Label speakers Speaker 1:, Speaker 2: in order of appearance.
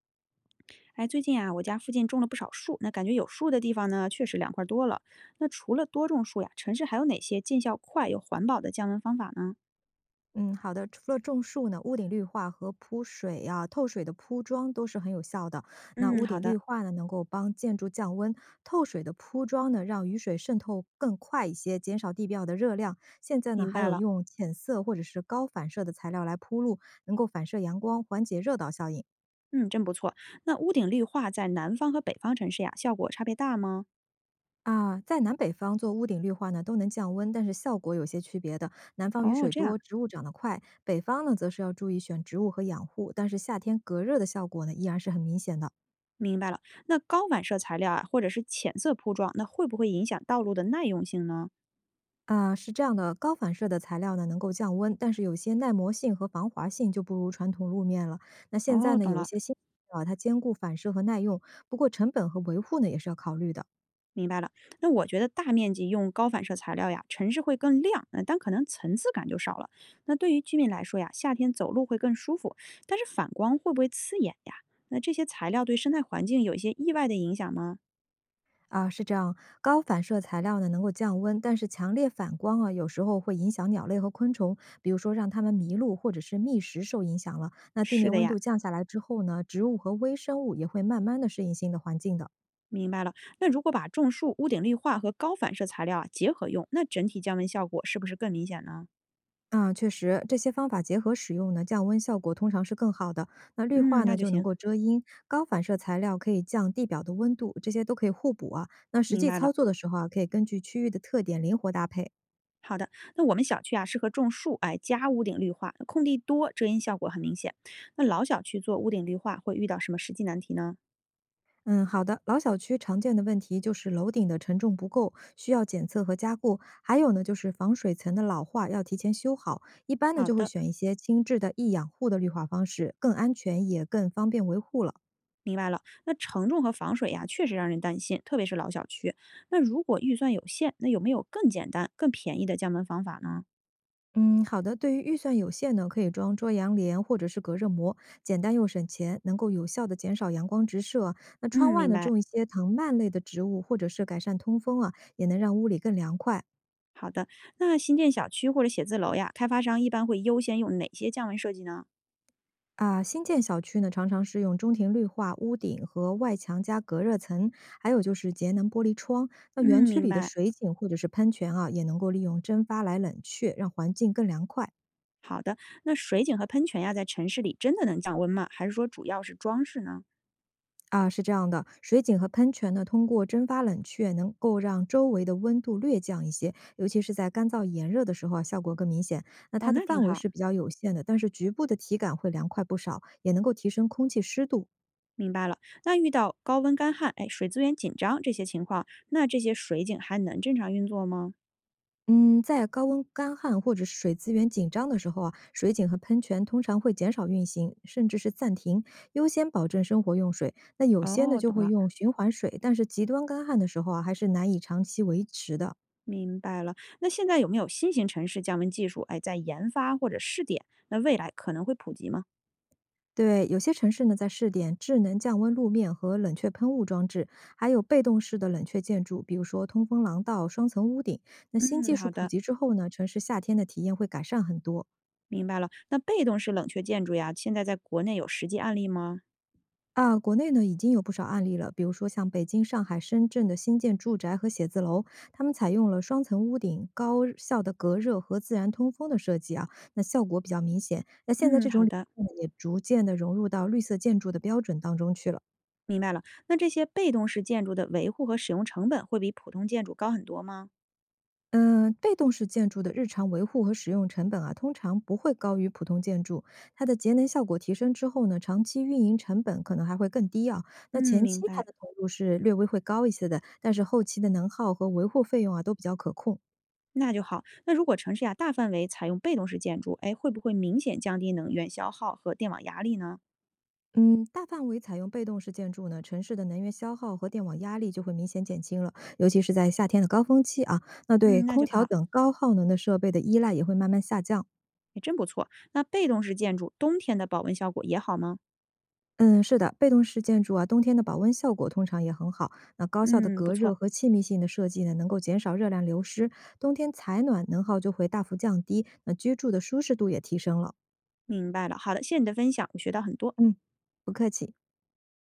Speaker 1: 哎，最近啊，我家附近种了不少树，那感觉有树的地方呢，确实凉快多了。那除了多种树呀，城市还有哪些见效快又环保的降温方法呢？
Speaker 2: 嗯，好的。除了种树呢，屋顶绿化和铺水啊、透水的铺装都是很有效的。那
Speaker 1: 嗯，
Speaker 2: 屋
Speaker 1: 好
Speaker 2: 顶绿
Speaker 1: 的，
Speaker 2: 化呢，能够帮建筑降温；透水的铺装呢，让雨水渗透更快一些，减少地表的热量。现在呢，
Speaker 1: 明
Speaker 2: 还
Speaker 1: 白
Speaker 2: 有
Speaker 1: 了。
Speaker 2: 用浅色或者是高反射的材料来铺路，能够反射阳光，缓解热岛效应。
Speaker 1: 嗯，真不错。那屋顶绿化在南方和北方城市呀，效果差别大吗？
Speaker 2: 啊，在南北方做屋顶绿化呢，都能降温，但是效果有些区别的。南方雨
Speaker 1: 哦，
Speaker 2: 水
Speaker 1: 这样，
Speaker 2: 多，植物长得快；北方呢，则是要注意选植物和养护，但是夏天隔热的效果呢，依然是很明显的。
Speaker 1: 明白了。那高反射材料啊，或者是浅色铺装，那会不会影响道路的耐用性呢？
Speaker 2: 啊，是这样的，高反射的材料呢能够降温，但是有些耐磨性和防滑性就不如传统路面了。那现在
Speaker 1: 哦，
Speaker 2: 呢，
Speaker 1: 懂
Speaker 2: 有一
Speaker 1: 了。
Speaker 2: 些新材料啊，它兼顾反射和耐用，不过成本和维护呢也是要考虑的。
Speaker 1: 明白了，那我觉得大面积用高反射材料呀，城市会更亮，嗯，但可能层次感就少了。那对于居民来说呀，夏天走路会更舒服，但是反光会不会刺眼呀？那这些材料对生态环境有一些意外的影响吗？
Speaker 2: 啊，是这样，高反射材料呢能够降温，但是强烈反光啊，有时候会影响鸟类和昆虫，比如说让它们迷路或者是觅食受影响了。那地
Speaker 1: 是
Speaker 2: 面
Speaker 1: 的
Speaker 2: 温
Speaker 1: 呀，
Speaker 2: 度降下来之后呢，植物和微生物也会慢慢的适应新的环境的。
Speaker 1: 明白了。那如果把种树、屋顶绿化和高反射材料啊结合用，那整体降温效果是不是更明显呢？
Speaker 2: 啊，确实，这些方法结合使用呢，降温效果通常是更好的。那绿化
Speaker 1: 嗯，那
Speaker 2: 呢
Speaker 1: 就
Speaker 2: 就能
Speaker 1: 行，
Speaker 2: 够遮阴，高反射材料可以降地表的温度，这些都可以互补啊。那实
Speaker 1: 明
Speaker 2: 际
Speaker 1: 白
Speaker 2: 操
Speaker 1: 了。
Speaker 2: 作的时候啊，可以根据区域的特点灵活搭配。
Speaker 1: 好的，那我们小区啊适合种树，哎，加屋顶绿化，那空地多，遮阴效果很明显。那老小区做屋顶绿化会遇到什么实际难题呢？
Speaker 2: 嗯，好的。老小区常见的问题就是楼顶的承重不够，需要检测和加固。还有呢，就是防水层的老化要提前修好。一般呢，
Speaker 1: 好
Speaker 2: 就会
Speaker 1: 的，
Speaker 2: 选一些轻质的易养护的绿化方式，更安全也更方便维护了。
Speaker 1: 明白了。那承重和防水呀，确实让人担心，特别是老小区。那如果预算有限，那有没有更简单、更便宜的降温方法呢？
Speaker 2: 嗯，好的。对于预算有限呢，可以装遮阳帘或者是隔热膜，简单又省钱，能够有效的减少阳光直射啊。那窗
Speaker 1: 嗯，
Speaker 2: 外
Speaker 1: 明
Speaker 2: 呢，
Speaker 1: 白。
Speaker 2: 种一些藤蔓类的植物，或者是改善通风啊，也能让屋里更凉快。
Speaker 1: 好的，那新建小区或者写字楼呀，开发商一般会优先用哪些降温设计呢？
Speaker 2: 啊，新建小区呢，常常是用中庭绿化、屋顶和外墙加隔热层，还有就是节能玻璃窗。那园
Speaker 1: 嗯，
Speaker 2: 区
Speaker 1: 明
Speaker 2: 里的
Speaker 1: 白。
Speaker 2: 水井或者是喷泉啊，也能够利用蒸发来冷却，让环境更凉快。
Speaker 1: 好的，那水井和喷泉呀，在城市里真的能降温吗？还是说主要是装饰呢？
Speaker 2: 啊，是这样的，水井和喷泉呢，通过蒸发冷却，能够让周围的温度略降一些，尤其是在干燥炎热的时候啊，效果更明显。那
Speaker 1: 哦，
Speaker 2: 它的
Speaker 1: 那挺
Speaker 2: 范围
Speaker 1: 好。
Speaker 2: 是比较有限的，但是局部的体感会凉快不少，也能够提升空气湿度。
Speaker 1: 明白了。那遇到高温干旱，哎，水资源紧张这些情况，那这些水井还能正常运作吗？
Speaker 2: 嗯，在高温干旱或者是水资源紧张的时候啊，水井和喷泉通常会减少运行，甚至是暂停，优先保证生活用水。那有些呢
Speaker 1: 哦，
Speaker 2: 就
Speaker 1: 懂
Speaker 2: 会
Speaker 1: 了，
Speaker 2: 用循环水，但是极端干旱的时候啊，还是难以长期维持的。
Speaker 1: 明白了。那现在有没有新型城市降温技术，哎，在研发或者试点？那未来可能会普及吗？
Speaker 2: 对，有些城市呢在试点智能降温路面和冷却喷雾装置，还有被动式的冷却建筑，比如说通风廊道、双层屋顶。那新
Speaker 1: 嗯，
Speaker 2: 技术
Speaker 1: 好
Speaker 2: 普
Speaker 1: 的，
Speaker 2: 及之后呢，城市夏天的体验会改善很多。
Speaker 1: 明白了。那被动式冷却建筑呀，现在在国内有实际案例吗？
Speaker 2: 啊，国内呢已经有不少案例了，比如说像北京、上海、深圳的新建住宅和写字楼，他们采用了双层屋顶、高效的隔热和自然通风的设计啊，那效果比较明显。那现在
Speaker 1: 嗯，
Speaker 2: 这
Speaker 1: 好
Speaker 2: 种理
Speaker 1: 的，
Speaker 2: 念呢也逐渐的融入到绿色建筑的标准当中去了。
Speaker 1: 明白了。那这些被动式建筑的维护和使用成本会比普通建筑高很多吗？
Speaker 2: 嗯，被动式建筑的日常维护和使用成本啊，通常不会高于普通建筑。它的节能效果提升之后呢，长期运营成本可能还会更低啊。那
Speaker 1: 嗯，
Speaker 2: 前期
Speaker 1: 明
Speaker 2: 它
Speaker 1: 白。
Speaker 2: 的投入是略微会高一些的，但是后期的能耗和维护费用啊都比较可控。
Speaker 1: 那就好。那如果城市呀大范围采用被动式建筑，哎，会不会明显降低能源消耗和电网压力呢？
Speaker 2: 嗯，大范围采用被动式建筑呢，城市的能源消耗和电网压力就会明显减轻了，尤其是在夏天的高峰期啊，那对
Speaker 1: 嗯，那就
Speaker 2: 空调
Speaker 1: 好，
Speaker 2: 等高耗能的设备的依赖也会慢慢下降。
Speaker 1: 也真不错。那被动式建筑冬天的保温效果也好吗？
Speaker 2: 嗯，是的，被动式建筑啊，冬天的保温效果通常也很好。那高效的
Speaker 1: 嗯，不
Speaker 2: 隔
Speaker 1: 错，
Speaker 2: 热和气密性的设计呢，能够减少热量流失，冬天采暖能耗就会大幅降低，那居住的舒适度也提升了。
Speaker 1: 明白了。好的，谢谢你的分享，我学到很多。
Speaker 2: 嗯，不客气。